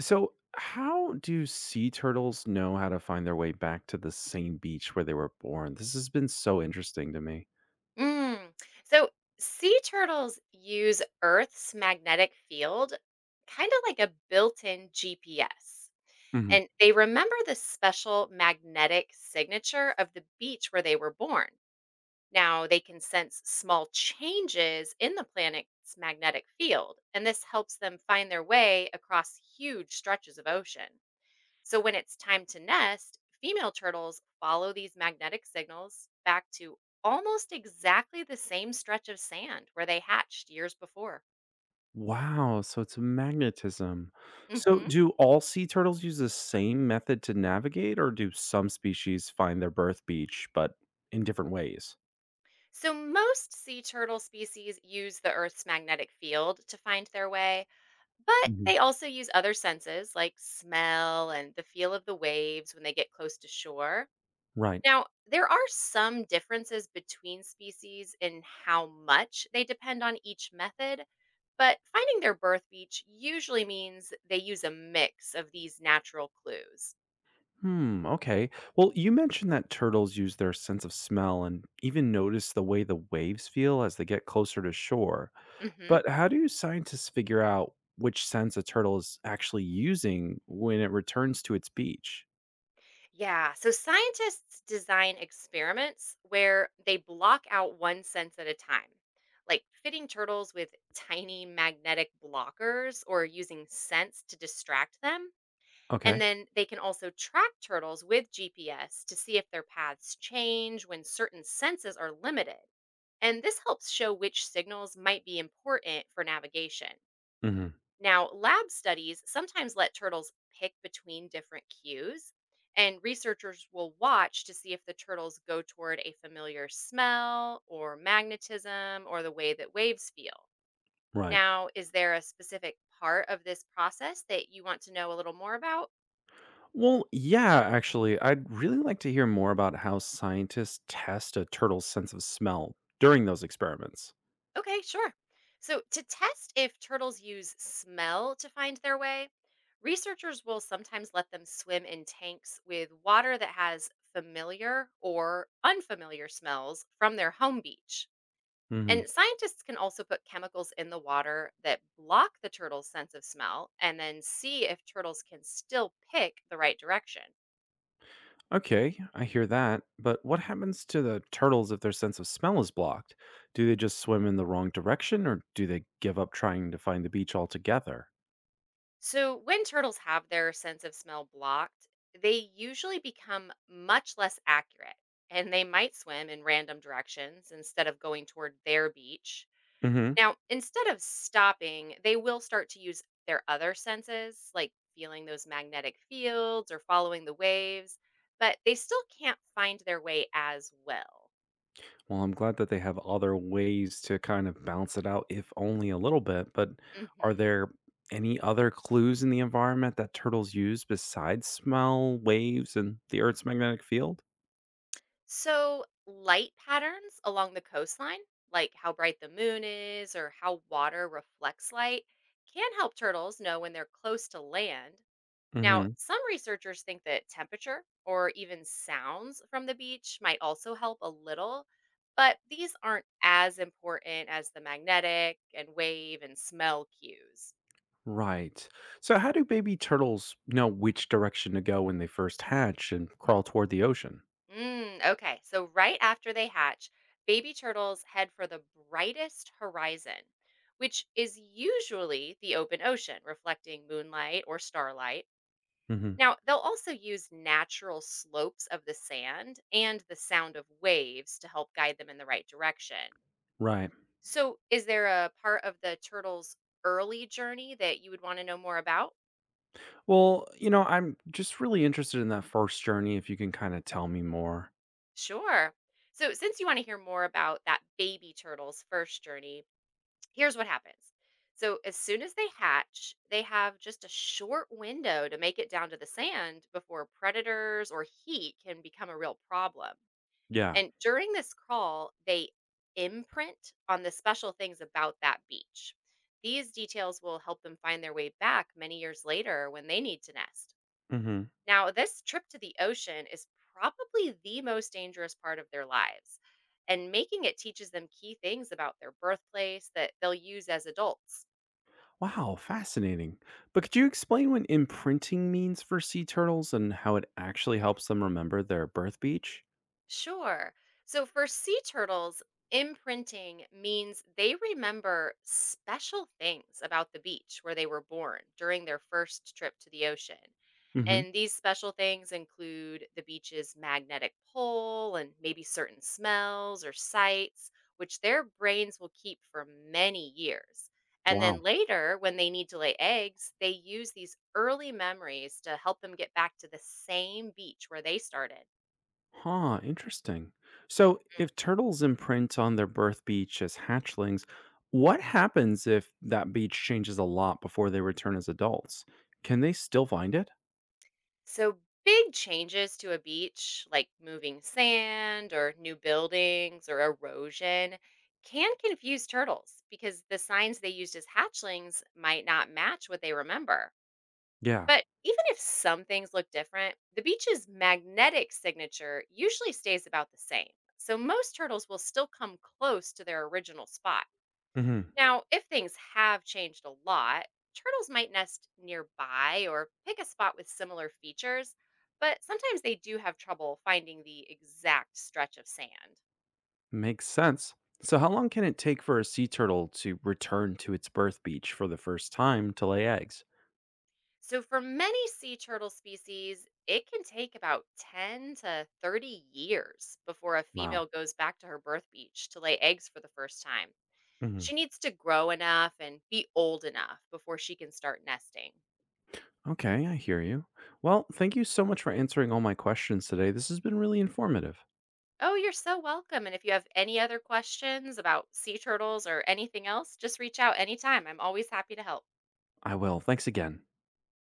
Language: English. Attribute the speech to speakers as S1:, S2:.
S1: So, how do sea turtles know how to find their way back to the same beach where they were born? This has been so interesting to me.
S2: Mm. So sea turtles use Earth's magnetic field, kind of like a built in GPS.
S1: Mhm.
S2: And they remember the special magnetic signature of the beach where they were born. Now they can sense small changes in the planet's magnetic field, and this helps them find their way across huge stretches of ocean. So when it's time to nest, female turtles follow these magnetic signals back to almost exactly the same stretch of sand where they hatched years before.
S1: Wow, so it's magnetism. So,
S2: Mhm.
S1: do all sea turtles use the same method to navigate, or do some species find their birth beach but in different ways?
S2: So most sea turtle species use the Earth's magnetic field to find their way, but
S1: Mhm.
S2: they also use other senses like smell and the feel of the waves when they get close to shore.
S1: Right.
S2: Now, there are some differences between species in how much they depend on each method, but finding their birth beach usually means they use a mix of these natural clues.
S1: Hmm. Okay. Well, you mentioned that turtles use their sense of smell and even notice the way the waves feel as they get closer to shore.
S2: Hmm.
S1: But how do scientists figure out which sense a turtle is actually using when it returns to its beach?
S2: Yeah, so scientists design experiments where they block out one sense at a time, like fitting turtles with tiny magnetic blockers or using scents to distract them. And
S1: Okay.
S2: then they can also track turtles with GPS to see if their paths change when certain senses are limited. And this helps show which signals might be important for navigation.
S1: Hmm.
S2: Now, lab studies sometimes let turtles pick between different cues, and researchers will watch to see if the turtles go toward a familiar smell or magnetism or the way that waves feel.
S1: Right.
S2: Now, is there a specific part of this process that you want to know a little more about?
S1: Well, yeah, actually, I'd really like to hear more about how scientists test a turtle's sense of smell during those experiments.
S2: Okay, sure. So, to test if turtles use smell to find their way, researchers will sometimes let them swim in tanks with water that has familiar or unfamiliar smells from their home beach.
S1: Hmm.
S2: And scientists can also put chemicals in the water that block the turtle's sense of smell and then see if turtles can still pick the right direction.
S1: Okay, I hear that. But what happens to the turtles if their sense of smell is blocked? Do they just swim in the wrong direction, or do they give up trying to find the beach altogether?
S2: So, when turtles have their sense of smell blocked, they usually become much less accurate and they might swim in random directions instead of going toward their beach.
S1: Hmm.
S2: Now, instead of stopping, they will start to use their other senses, like feeling those magnetic fields or following the waves, but they still can't find their way as well.
S1: Well, I'm glad that they have other ways to kind of balance it out, if only a little bit. But are
S2: Mhm.
S1: there any other clues in the environment that turtles use besides smell, waves, and the Earth's magnetic field?
S2: So, light patterns along the coastline, like how bright the moon is or how water reflects light, can help turtles know when they're close to land. Now,
S1: Hmm.
S2: some researchers think that temperature or even sounds from the beach might also help a little, but these aren't as important as the magnetic and wave and smell cues.
S1: Right. So, how do baby turtles know which direction to go when they first hatch and crawl toward the ocean?
S2: Okay, so right after they hatch, baby turtles head for the brightest horizon, which is usually the open ocean, reflecting moonlight or starlight.
S1: Hmm.
S2: Now, they'll also use natural slopes of the sand and the sound of waves to help guide them in the right direction.
S1: Right.
S2: So, is there a part of the turtle's early journey that you would want to know more about?
S1: Well, I'm just really interested in that first journey. If you can kind of tell me more.
S2: Sure. So, since you want to hear more about that baby turtle's first journey, here's what happens. So as soon as they hatch, they have just a short window to make it down to the sand before predators or heat can become a real problem.
S1: Yeah.
S2: And during this crawl, they imprint on the special things about that beach. These details will help them find their way back many years later when they need to nest.
S1: Hmm.
S2: Now, this trip to the ocean is probably the most dangerous part of their lives, and making it teaches them key things about their birthplace that they'll use as adults.
S1: Wow, fascinating. But could you explain what imprinting means for sea turtles and how it actually helps them remember their birth beach?
S2: Sure. So for sea turtles, imprinting means they remember special things about the beach where they were born during their first trip to the ocean.
S1: Hmm.
S2: And these special things include the beach's magnetic pole and maybe certain smells or sights, which their brains will keep for many years. And then
S1: Wow.
S2: later, when they need to lay eggs, they use these early memories to help them get back to the same beach where they started.
S1: Huh, interesting. So,
S2: Mhm.
S1: if turtles imprint on their birth beach as hatchlings, what happens if that beach changes a lot before they return as adults? Can they still find it?
S2: So, big changes to a beach, like moving sand or new buildings or erosion, can confuse turtles because the signs they used as hatchlings might not match what they remember.
S1: Yeah.
S2: But even if some things look different, the beach's magnetic signature usually stays about the same. So, most turtles will still come close to their original spot.
S1: Hmm.
S2: Now, if things have changed a lot, turtles might nest nearby or pick a spot with similar features, but sometimes they do have trouble finding the exact stretch of sand.
S1: Makes sense. So, how long can it take for a sea turtle to return to its birth beach for the first time to lay eggs?
S2: So, for many sea turtle species, it can take about 10 to 30 years before a
S1: Wow.
S2: female goes back to her birth beach to lay eggs for the first time.
S1: Mhm.
S2: She needs to grow enough and be old enough before she can start nesting.
S1: Okay, I hear you. Well, thank you so much for answering all my questions today. This has been really informative.
S2: Oh, you're so welcome. And if you have any other questions about sea turtles or anything else, just reach out anytime. I'm always happy to help.
S1: I will. Thanks again.